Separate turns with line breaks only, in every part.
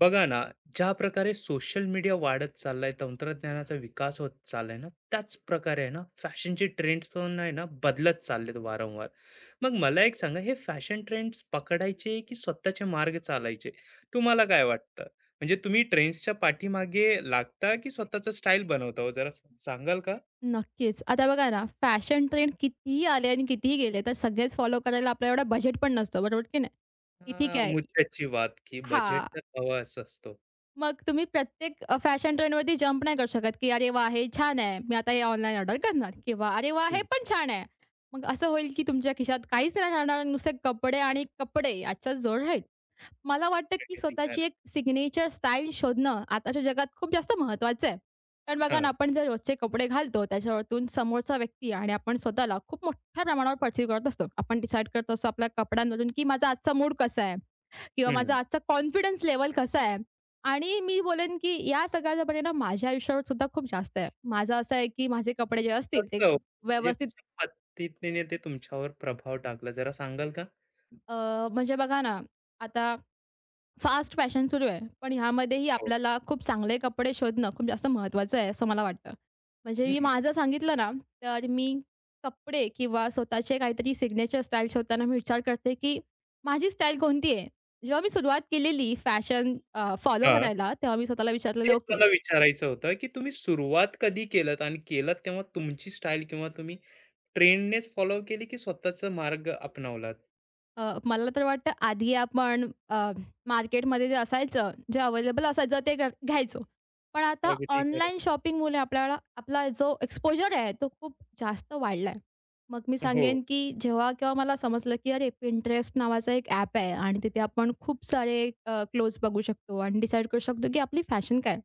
बघा ना, ज्या प्रकारे सोशल मीडिया वाढत चाललाय, तंत्रज्ञानाचा विकास होत चाललाय ना, त्याच प्रकारे आहे ना फॅशनचे ट्रेंड्स पण आहे ना, बदलत चाललेत वारंवार. मग मला एक सांगा, हे फॅशन ट्रेंड्स पकडायचे की स्वतःचे मार्ग चालायचे? तुम्हाला काय वाटतं? म्हणजे तुम्ही ट्रेंड्सच्या पाठीमागे लागता की स्वतःचा स्टाईल बनवता? हो जरा सांगाल का?
नक्कीच. आता बघा ना, फॅशन ट्रेंड कितीही आले आणि कितीही गेले, तर सगळेच फॉलो करायला आपला एवढा बजेट पण नसतो, बरोबर की नाही? की ठीक
हा,
आहे
मुद्द्याची बात, की बजेट
हां.
तर हवा असतो.
मग तुम्ही प्रत्येक फॅशन ट्रेंडवरती जंप नाही करू शकत, की "अरे वाह! हे छान आहे, मी आता हे ऑनलाईन ऑर्डर करणार" किंवा "अरे वाह! हे
हम्म,
पण छान आहे." मग असं होईल की तुमच्या खिशात काहीच नाही राहणार, नुसते कपडे आणि कपडे याचाच जोर राहील. मला वाटतं,
ठीक
की
आहे, ठीक आहे.
स्वतःची एक सिग्नेचर स्टाईल शोधणं आताच्या जगात खूप जास्त महत्त्वाचं आहे. कारण
हा.
बघा ना, आपण जे रोजचे कपडे घालतो, त्याच्यावरतून समोरचा व्यक्ती आणि आपण स्वतःला खूप मोठ्या प्रमाणावर परसीव्ह करत असतो. आपण डिसाईड करत असतो आपल्या कपड्यांवरून, की माझा आजचा मूड कसा आहे किंवा
हम्म.
माझा आजचा कॉन्फिडन्स लेव्हल कसा आहे. आणि मी बोलेन, की या सगळ्याचा परिणाम माझ्या आयुष्यावर सुद्धा खूप जास्त आहे. माझं असं आहे, की माझे कपडे जे असतील ते
कसं हो?
खूप
म्हणजे
व्यवस्थित
कशा पद्धतीने ते तुमच्यावर प्रभाव टाकला जरा सांगाल का?
अ, म्हणजे बघा ना, आता फास्ट फॅशन सुरू आहे. पण ह्यामध्येही
हो.
आपल्याला खूप चांगले कपडे शोधणं खूप जास्त महत्त्वाचं आहे, असं मला वाटतं. म्हणजे मी
हं.
माझं सांगितलं ना, तर मी कपडे किंवा स्वतःचे काहीतरी सिग्नेचर स्टाईल शोधताना मी विचार करते, की माझी स्टाईल कोणती आहे? जेव्हा मी सुरुवात केलेली फॅशन फॉलो
हां.
करायला, तेव्हा मी स्वतःला विचारलेलं,
तेच
ओके
मला विचारायचं होतं, की तुम्ही सुरुवात कधी केलत आणि केलत तेव्हा तुमची स्टाईल किंवा तुम्ही ट्रेंडनेच फॉलो केली, की स्वतःचा मार्ग अपनावलात?
मला तर वाटतं आधी आपण मार्केटमध्ये जे असायचं, जे अवेलेबल असायचं ते घ्यायचो. पण आता
अगदी खरं.
ऑनलाईन शॉपिंगमुळे आपल्याला आपला जो एक्सपोजर आहे तो खूप जास्त वाढलाय. मग मी
हो.
सांगेन, की जेव्हा केव्हा मला समजलं, की अरे Pinterest नावाचा एक ॲप आहे आणि तिथे आपण खूप सारे बघू शकतो आणि डिसाईड करू शकतो, की आपली फॅशन काय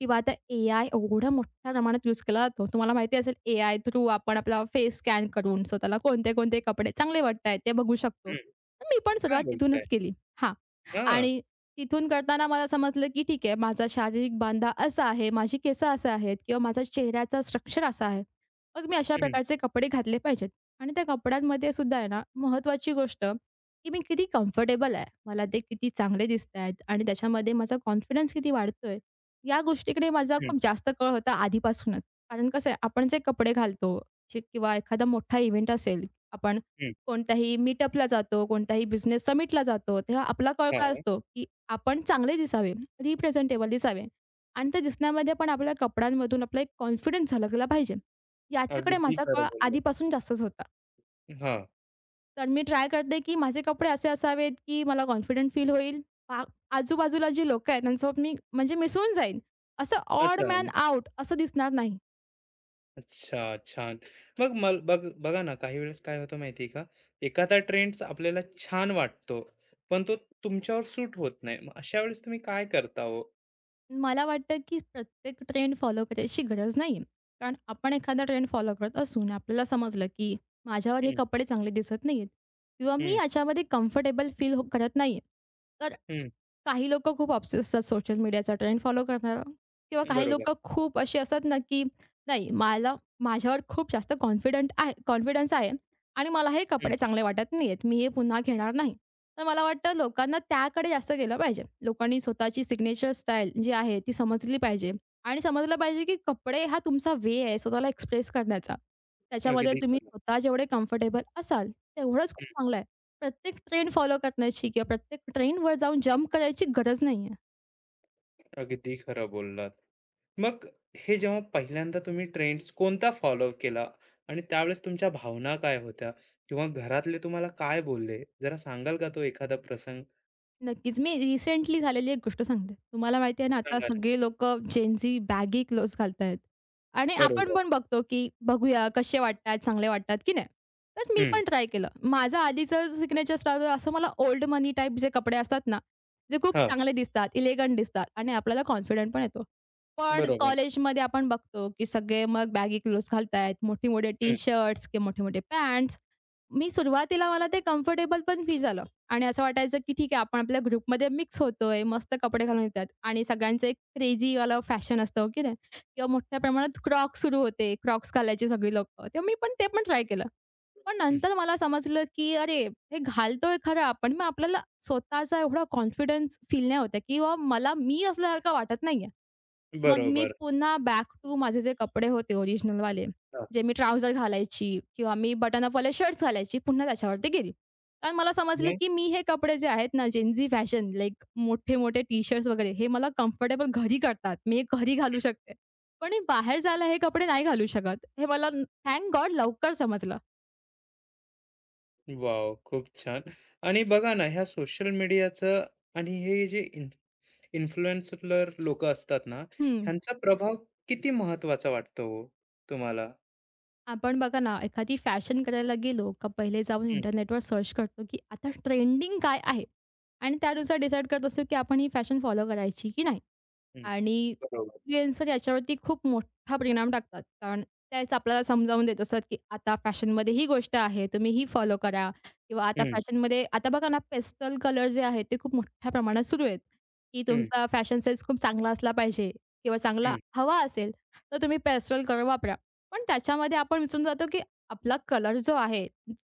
किंवा आता एआय एवढ्या मोठ्या प्रमाणात यूज केला जातो. तुम्हाला माहिती असेल एआय थ्रू आपण आपला फेस स्कॅन करून स्वतःला कोणते-कोणते कपडे चांगले वाटतायत ते बघू शकतो.
हं.
तर मी पण
काय
सुरुवात
बोलताय?
तिथूनच केली. हां.
हां.
आणि तिथून करताना मला समजलं, की ठीक आहे माझा शारीरिक बांधा असा आहे, माझी केसं असं आहेत किंवा माझा चेहऱ्याचा स्ट्रक्चर असा आहे. मग मी अशा
हं,
प्रकारचे कपडे घातले पाहिजेत. आणि त्या कपड्यांमध्ये सुद्धा आहे ना महत्त्वाची गोष्ट, की मी किती कम्फर्टेबल आहे. मला ते किती चांगले दिसतायत आणि त्याच्यामध्ये माझा कॉन्फिडन्स किती वाढतोय. या गोष्टीकडे माझा
हं,
खूप जास्त कल होता आधीपासूनच. कारण कसं आहे आपण जे कपडे घालतो, जे किंवा एखादा मोठा इव्हेंट असेल आपण
हं.
कोणत्याही मीटअपला जातो, कोणत्याही बिझनेस समिटला जातो, तेव्हा आपला कल काय
हां.
असतो, की आपण चांगले दिसावे, रिप्रेझेंटेबल दिसावे आणि ते दिसण्यामध्ये पण आपल्या कपड्यांमधून आपला एक कॉन्फिडन्स झलकला पाहिजे. याच्याकडे
अगदी
माझा
खरं
कल
बोललात.
आधीपासून जास्तच होता.
हां.
तर मी ट्राय करते, की माझे कपडे असे असावेत, की मला कॉन्फिडंट फील होईल. आ आजूबाजूला जी लोकं आहेत त्यांच्यासोबत मी म्हणजे मिसळून जाईन. असं ऑड
अच्छा.
मॅन आउट असं दिसणार नाही.
अच्छा, छान. मग मल बघ बघा ना, काही वेळेस काय होतं माहिती आहे का, एखादा ट्रेंड्स आपल्याला छान वाटतो, पण तो तुमच्यावर सूट होत नाही. मग अशा वेळेस तुम्ही काय करता हो?
मला वाटतं की प्रत्येक ट्रेंड फॉलो करायची गरज नाही. कारण आपण एखादा ट्रेंड फॉलो करत असू आणि आपल्याला समजलं की माझ्यावर हे
हं,
कपडे चांगले दिसत नाहीयेत किंवा मी
हं,
याच्यामध्ये कम्फर्टेबल फील हो करत नाहीये. तर
हं.
काही लोकं खूप ऑब्सेस असतात सोशल मीडियाचा ट्रेंड फॉलो करणारा किंवा काही
बरोबर.
लोकं खूप अशी असतात ना, की नाही मला माझ्यावर खूप जास्त कॉन्फिडंट आहे कॉन्फिडन्स आहे आणि मला हे
हं.
कपडे चांगले वाटत नाहीयेत. मी हे पुन्हा घेणार नाही. तर मला वाटतं लोकांना त्याकडे जास्त गेलं पाहिजे. लोकांनी स्वतःची सिग्नेचर स्टाईल जी आहे ती समजली पाहिजे आणि समजलं पाहिजे, की कपडे हा तुमचा वे आहे स्वतःला एक्सप्रेस करण्याचा. त्याच्यामध्ये
अगदी
तुम्ही
खरं.
स्वतः जेवढे कम्फर्टेबल असाल, तेवढंच खूप
हं.
चांगलं आहे. प्रत्येक ट्रेंड फॉलो करण्याची किंवा प्रत्येक ट्रेंडवर जाऊन जंप करायची गरज नाही
अगदी खरं बोललात. मग हे जेव्हा पहिल्यांदा तुम्ही ट्रेंड्स कोणता फॉलो केला आणि त्यावेळेस तुमच्या भावना काय होत्या किंवा घरातले तुम्हाला काय बोलले? जरा सांगाल का तो एखादा प्रसंग?
नक्कीच. मी रिसेंटली झालेली एक गोष्ट सांगते. तुम्हाला माहिती आहे ना, आता
सांगा ना.
सगळे लोकं जेनझी बॅगी क्लोथ्स घालतायत आणि आपण
बरोबर.
पण बघतो, की बघूया कसे वाटतात, चांगले वाटतात की नाही. तर मी
हं.
पण ट्राय केलं. माझं आधीचं सिग्नेचर स्टाईल असं मला ओल्ड मनी टाइप जे कपडे असतात ना, जे खूप
हां.
चांगले दिसतात, एलिगंट दिसतात आणि आपल्याला कॉन्फिडंट पण येतो. पण
बरोबर.
कॉलेजमध्ये आपण बघतो, की सगळे मग बॅगी क्लोथ्स घालतायत, मोठे-मोठे
हं,
टी-शर्ट्स किंवा मोठे-मोठे पॅन्ट्स. मी सुरुवातीला मला ते कम्फर्टेबल पण फील झालं. आणि असं वाटायचं, की ठीक आहे आपण आपल्या ग्रुपमध्ये मिक्स होतोय, मस्त कपडे घालून येतात आणि सगळ्यांचं एक क्रेझीवाला फॅशन असतं, हो की नाही? किंवा मोठ्या प्रमाणात क्रॉक्स सुरू होते. क्रॉक्स घालायची सगळी लोकं. तेव्हा मी पण ते पण ट्राय केलं. पण
हं.
नंतर मला समजलं, की अरे, हे घालतोय खरं आपण, मग आपल्याला स्वतःचा एवढा कॉन्फिडन्स फील नाही होत किंवा मला मी असल्यासारखं वाटत नाहीये. मग मी
बरोबर.
पुन्हा बॅक टू माझे जे कपडे होते ओरिजिनल वाले
हां.
जे मी ट्राउझर घालायची किंवा मी बटन अपवाले शर्ट्स घालायची, पुन्हा त्याच्यावरती गेली. कारण मला समजलं,
मग?
की मी हे कपडे जे आहेत ना, जेनझी फॅशन लाइक मोठे-मोठे टी-शर्ट्स वगैरे हे मला कम्फर्टेबल घरी करतात. मी हे घरी घालू शकते. पण मी बाहेर जायला हे कपडे नाही घालू शकत. हे मला थँक गॉड लवकर समजलं.
वॉव! खूप छान. आणि बघा ना, ह्या सोशल मीडियाचं आणि हे जे इन्फ्लुएन्सर लोकं असतात ना, ह्यांचा प्रभाव किती महत्त्वाचा वाटतो हो तुम्हाला?
आपण बघा ना, एखादी फॅशन करायला गेलो का पहिले जाऊन
हं,
इंटरनेटवर सर्च करतो, की आता ट्रेंडिंग काय आहे? आणि त्यानुसार डिसाईड करत असतो, की आपण ही फॅशन फॉलो करायची की नाही.
हं.
आणि
बरोबर.
इन्फ्लुएन्सर याच्यावरती खूप मोठा परिणाम टाकतात. कारण तेच आपल्याला समजावून देत असतात, की आता फॅशनमध्ये ही गोष्ट आहे, तुम्ही ही फॉलो करा किंवा आता
हं,
फॅशनमध्ये आता बघा ना, पेस्टल कलर जे आहेत ते खूप मोठ्या प्रमाणात सुरू आहेत, की
हं,
तुमचा फॅशन सेन्स खूप चांगला असला पाहिजे किंवा चांगला
हं.
हवा असेल, तर तुम्ही पेस्टल कलर वापरा. पण त्याच्यामध्ये आपण विसरून जातो, की आपला कलर जो आहे,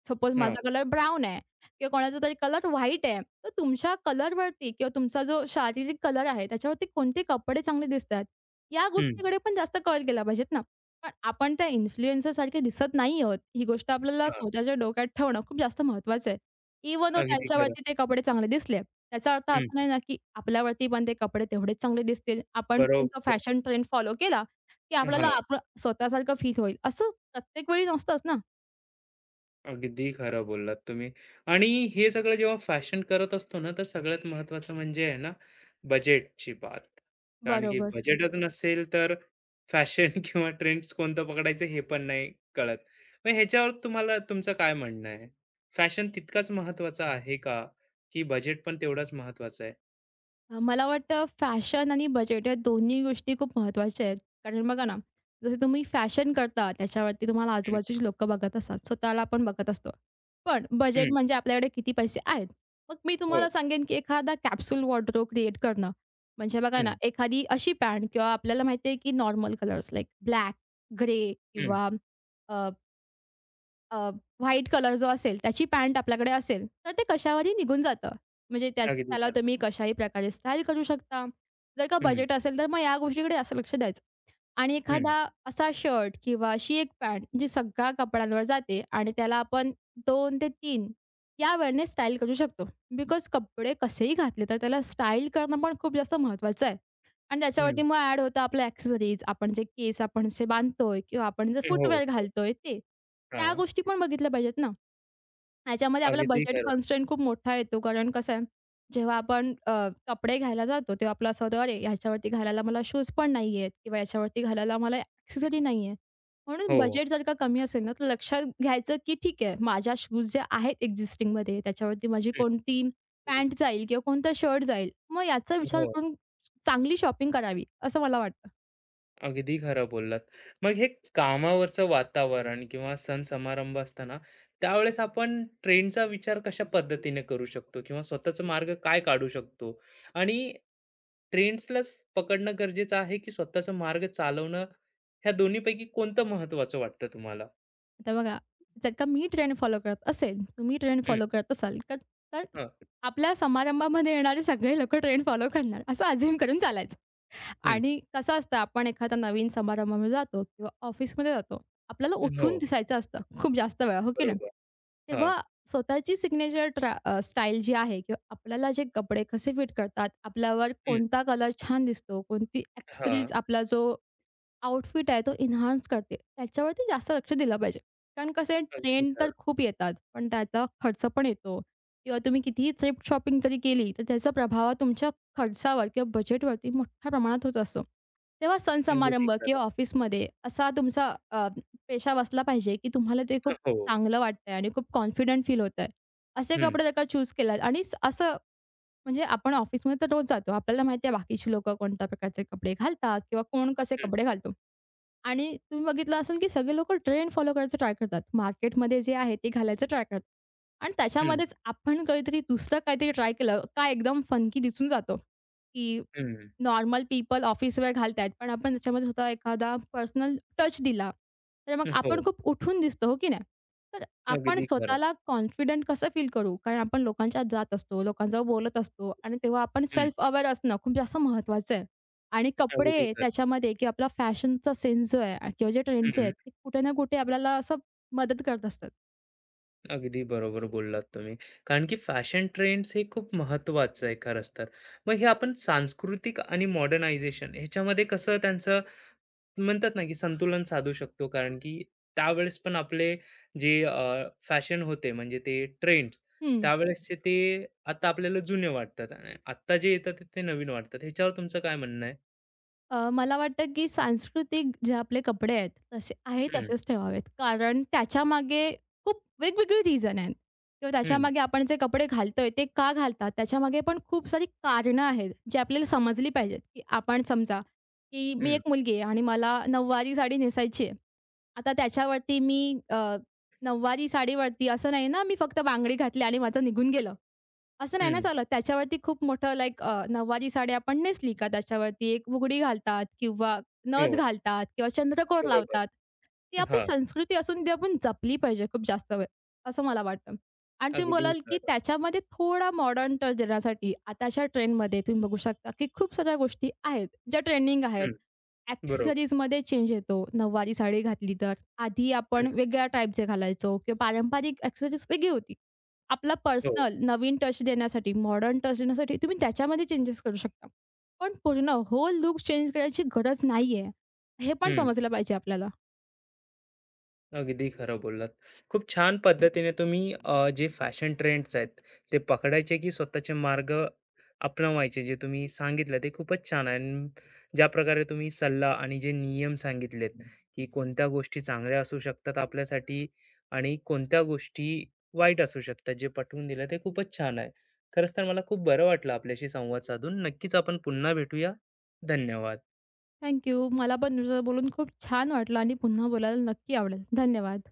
सपोज
हां,
माझा कलर ब्राउन आहे किंवा कोणाचा तरी कलर व्हाईट आहे. तर तुमच्या कलरवरती किंवा तुमचा जो शारीरिक कलर आहे, त्याच्यावरती कोणते कपडे चांगले दिसतात, या
हं.
गोष्टीकडे पण जास्त कल केला पाहिजेत ना. पण आपण त्या इन्फ्लुएन्सरसारखे दिसत नाही आहोत. ही गोष्ट आपल्याला
हां.
स्वतःच्या डोक्यात ठेवणं खूप जास्त महत्त्वाचं आहे. इव्हन
अगदी खरं.
त्यांच्यावरती ते कपडे चांगले दिसले. त्याचा अर्थ
हं.
असा नाही ना, की आपल्यावरती पण ते कपडे तेवढेच चांगले दिसतील. आपण पण तो
बरोबर.
फॅशन ट्रेंड फॉलो केला, की
हां.
आपल्याला आपलं स्वतःसारखं फील होईल. असं प्रत्येक वेळी नसतंच ना.
अगदी खरं बोललात तुम्ही. आणि हे सगळं जेव्हा फॅशन करत असतो ना, तर सगळ्यात महत्त्वाचं म्हणजे आहे ना, बजेटची बात. कारण की
बरोबर.
बजेटच नसेल, तर फॅशन किंवा ट्रेंड्स कोणतं पकडायचं हे पण नाही कळत. मग ह्याच्यावर तुम्हाला तुमचं काय म्हणणं आहे? फॅशन तितकाच महत्त्वाचा आहे का? की बजेट पण तेवढाच महत्त्वाचं आहे?
मला वाटतं फॅशन आणि बजेट या दोन्ही गोष्टी खूप महत्त्वाच्या आहेत. कारण बघा ना, जसं तुम्ही फॅशन करता त्याच्यावरती तुम्हाला
हं,
आजूबाजूची लोकं बघत असतात. स्वतःला आपण बघत असतो. पण
हं,
बजेट म्हणजे आपल्याकडे किती पैसे आहेत. मग मी
हो,
तुम्हाला सांगेन, की एखादा कॅप्सूल वॉर्डरोब क्रिएट करणं. म्हणजे बघा ना,
हं,
एखादी अशी पॅन्ट किंवा आपल्याला माहिती आहे, की normal colours like black, grey
हं,
किंवा अ, व्हाईट कलर जो असेल त्याची पॅन्ट आपल्याकडे असेल, तर ते कशावरही निघून जातं. म्हणजे त्या
अगदी
त्याला
खरं.
तुम्ही कशाही प्रकारे स्टाईल करू शकता. जर का
हं,
बजेट असेल, तर मग या गोष्टीकडे असं लक्ष द्यायचं. आणि
हं,
एखादा असा शर्ट किंवा अशी एक पॅन्ट जी सगळ्या कपड्यांवर जाते आणि त्याला आपण 2 ते 3 या वेळेने स्टाईल करू शकतो. बिकॉज कपडे कसेही घातले, तर त्याला स्टाईल करणं पण खूप जास्त महत्त्वाचं आहे. आणि
हं,
त्याच्यावरती मग ॲड होतं आपलं ॲक्सेसरीज, आपण जे केस आपण असे बांधतोय किंवा आपण जे
हो,
फुटवेअर
हो.
घालतोय ते. त्या
हां,
गोष्टी पण बघितल्या पाहिजेत ना. ह्याच्यामध्ये आपला
अगदी
बजेट
खरं.
कन्स्ट्रेंट खूप मोठा येतो. कारण कसं आहे, जेव्हा आपण कपडे घ्यायला जातो, तेव्हा आपलं असं होतं, "अरे, ह्याच्यावरती घालायला मला शूज पण नाही आहेत किंवा याच्यावरती घालायला मला एक्सेसरी नाही आहे." म्हणून
हो,
बजेट जर का कमी असेल ना, तर लक्षात घ्यायचं की ठीक आहे, माझ्या शूज ज्या आहेत एक्झिस्टिंगमध्ये, त्याच्यावरती माझी
हं,
कोणती पॅन्ट जाईल किंवा कोणता शर्ट जाईल. मग याचा विचार
हो.
करून चांगली शॉपिंग करावी, असं मला वाटतं.
अगदी खरं बोललात. मग हे कामावरचं वातावरण किंवा सण समारंभ असताना त्यावेळेस आपण ट्रेंडचा विचार कशा पद्धतीने करू शकतो किंवा स्वतःचा मार्ग काय काढू शकतो? आणि ट्रेंड्सलाच पकडणं गरजेचं आहे, की स्वतःचा मार्ग चालवणं, ह्या दोन्हीपैकी कोणतं महत्त्वाचं वाटतं तुम्हाला?
आता बघा, जर का मी ट्रेंड फॉलो करत असेल, तुम्ही ट्रेंड
हं,
फॉलो करत असाल, तर तर
हं,
आपल्या समारंभामध्ये येणारे सगळे लोकं ट्रेंड फॉलो करणार, असं अझ्युम करून चालायचं.
हं.
आणि कसं असतं, आपण एखादा नवीन समारंभामध्ये जातो किंवा ऑफिसमध्ये जातो, आपल्याला
हो,
उठून दिसायचं असतं खूप जास्त वेळा, हो की नाही?
बरोबर. हां,
तेव्हा स्वतःची सिग्नेचर स्टाईल जी आहे किंवा आपल्याला जे कपडे कसे फिट करतात, आपल्यावर
हं,
कोणता कलर छान दिसतो, कोणती
हां.
ॲक्सेसरीज आपला जो आउटफिट आहे तो एन्हान्स करते. त्याच्यावरती जास्त लक्ष दिलं पाहिजे. कारण कसं आहे
अगदी
ट्रेंड तर
खरं,
खूप येतात, पण त्याचा खर्च पण येतो किंवा तुम्ही कितीही थ्रिफ्ट शॉपिंग जरी केली, तर त्याचा प्रभाव तुमच्या खर्चावर किंवा बजेटवरती मोठ्या प्रमाणात होत असतो. तेव्हा सण
अगदी
समारंभ किंवा
खरं.
ऑफिसमध्ये असा तुमचा पेशा बसला पाहिजे, की तुम्हाला ते खूप
हो,
चांगलं वाटतंय आणि खूप कॉन्फिडंट फील होतंय. असे
हं,
कपडे जर का चूज केलात आणि असं म्हणजे आपण ऑफिसमध्ये तर रोज जातो. आपल्याला माहिती आहे बाकीची लोकं कोणत्या प्रकारचे कपडे घालतात किंवा कोण कसे
हं,
कपडे घालतो. आणि तुम्ही बघितलं असेल, की सगळे लोकं ट्रेंड फॉलो करायचं ट्राय करतात. मार्केटमध्ये जे आहे ते घालायचं ट्राय करतात. आणि
हं,
त्याच्यामध्येच आपण काहीतरी दुसरं काहीतरी ट्राय केलं, का एकदम फंकी दिसून जातो, की
हं.
नॉर्मल पीपल ऑफिसवेअर घालतायत, पण आपण त्याच्यामध्ये स्वतः एखादा पर्सनल टच दिला, तर मग आपण
हो,
खूप उठून दिसतो, हो की नाही? तर आपण
अगदी खरं.
स्वतःला कॉन्फिडंट कसं फील करू? कारण आपण लोकांच्या आत जात असतो, लोकांजवळ बोलत असतो आणि तेव्हा आपण
हं,
सेल्फ अवेअर असणं खूप जास्त महत्त्वाचं आहे. आणि
अगदी
कपडे
खरं.
त्याच्यामध्ये किंवा आपला फॅशनचा सेन्स जो आहे आणि किंवा जे ट्रेंड्स आहेत, ते कुठे ना कुठे आपल्याला असं मदत करत असतात.
अगदी बरोबर बोललात तुम्ही. कारण की फॅशन ट्रेंड्स हे खूप महत्त्वाचं आहे खरंच तर. मग हे आपण सांस्कृतिक आणि मॉडर्नायझेशन ह्याच्यामध्ये कसं त्यांचं म्हणतात ना, की संतुलन साधू शकतो. कारण की त्यावेळेस पण आपले जे फॅशन होते, म्हणजे ते ट्रेंड्स
हं.
त्यावेळेसचे ते आता आपल्याला जुने वाटतात आणि आत्ता जे येतात ते ते नवीन वाटतात. ह्याच्यावर तुमचं काय म्हणणं आहे?
मला वाटतं की सांस्कृतिक जे आपले कपडे आहेत, तसे आहे
हं,
तसेच ठेवावेत. कारण त्याच्यामागे खूप वेगवेगळी रिझन आहेत किंवा
हं,
त्याच्यामागे आपण जे कपडे घालतोय, ते का घालतात? त्याच्यामागे पण खूप सारी कारणं आहेत, जी आपल्याला समजली पाहिजेत, की आपण समजा, की मी
हं,
एक मुलगी आहे आणि मला नऊवारी साडी नेसायची आहे. आता त्याच्यावरती मी नऊवारी साडीवरती असं नाही ना, मी फक्त बांगडी घातली आणि माझं निघून गेलं. असं नाही ना
हं.
चालत. त्याच्यावरती खूप मोठं लाइक साडी आपण नेसली का त्याच्यावरती एक फुगडी घालतात किंवा नथ
हो,
घालतात किंवा चंद्रकोर
बरोबर.
लावतात. ती आपली
हां,
संस्कृती असून ती आपण जपली पाहिजे खूप जास्त वेळ, असं मला वाटतं. आणि तुम्ही
अगदी
बोलाल की
खरं.
त्याच्यामध्ये थोडा मॉडर्न टच देण्यासाठी आताच्या ट्रेंडमध्ये तुम्ही बघू शकता की खूप साऱ्या गोष्टी आहेत, ज्या ट्रेंडिंग आहेत.
हं, बरोबर.
एक्सेसरीजमध्ये चेंज येतो. नऊवारी साडी घातली तर. आधी
हं,
आपण वेगळ्या टाइपचे घालायचो किंवा पारंपरिक एक्सेसरीज वेगळी होती. आपला
हो.
पर्सनल नवीन टच देण्यासाठी, मॉडर्न टच देण्यासाठी तुम्ही त्याच्यामध्ये चेंजेस करू शकता. पण पूर्ण होल लूक चेंज करायची गरज नाहीये, हे पण
हं.
समजलं पाहिजे आपल्याला.
अगदी खरं बोललात. खूप छान पद्धतीने तुम्ही जे फॅशन ट्रेंड्स आहेत, ते पकडायचे की स्वतःचे मार्ग अपनावायचे, जे तुम्ही सांगितलं ते खूपच छान आहे. अन् ज्या प्रकारे तुम्ही सल्ला आणि जे नियम सांगितलेत, की कोणत्या गोष्टी चांगल्या असू शकतात आपल्यासाठी आणि कोणत्या गोष्टी वाईट असू शकतात, जे पटवून दिलं ते खूपच छान आहे. खरंच तर मला खूप बरं वाटलं आपल्याशी संवाद साधून. नक्कीच आपण पुन्हा भेटूया. धन्यवाद.
Thank you. मला पण तुमच्यासोबत बोलून खूप छान वाटलं आणि पुन्हा बोलायला नक्की आवडेल. धन्यवाद.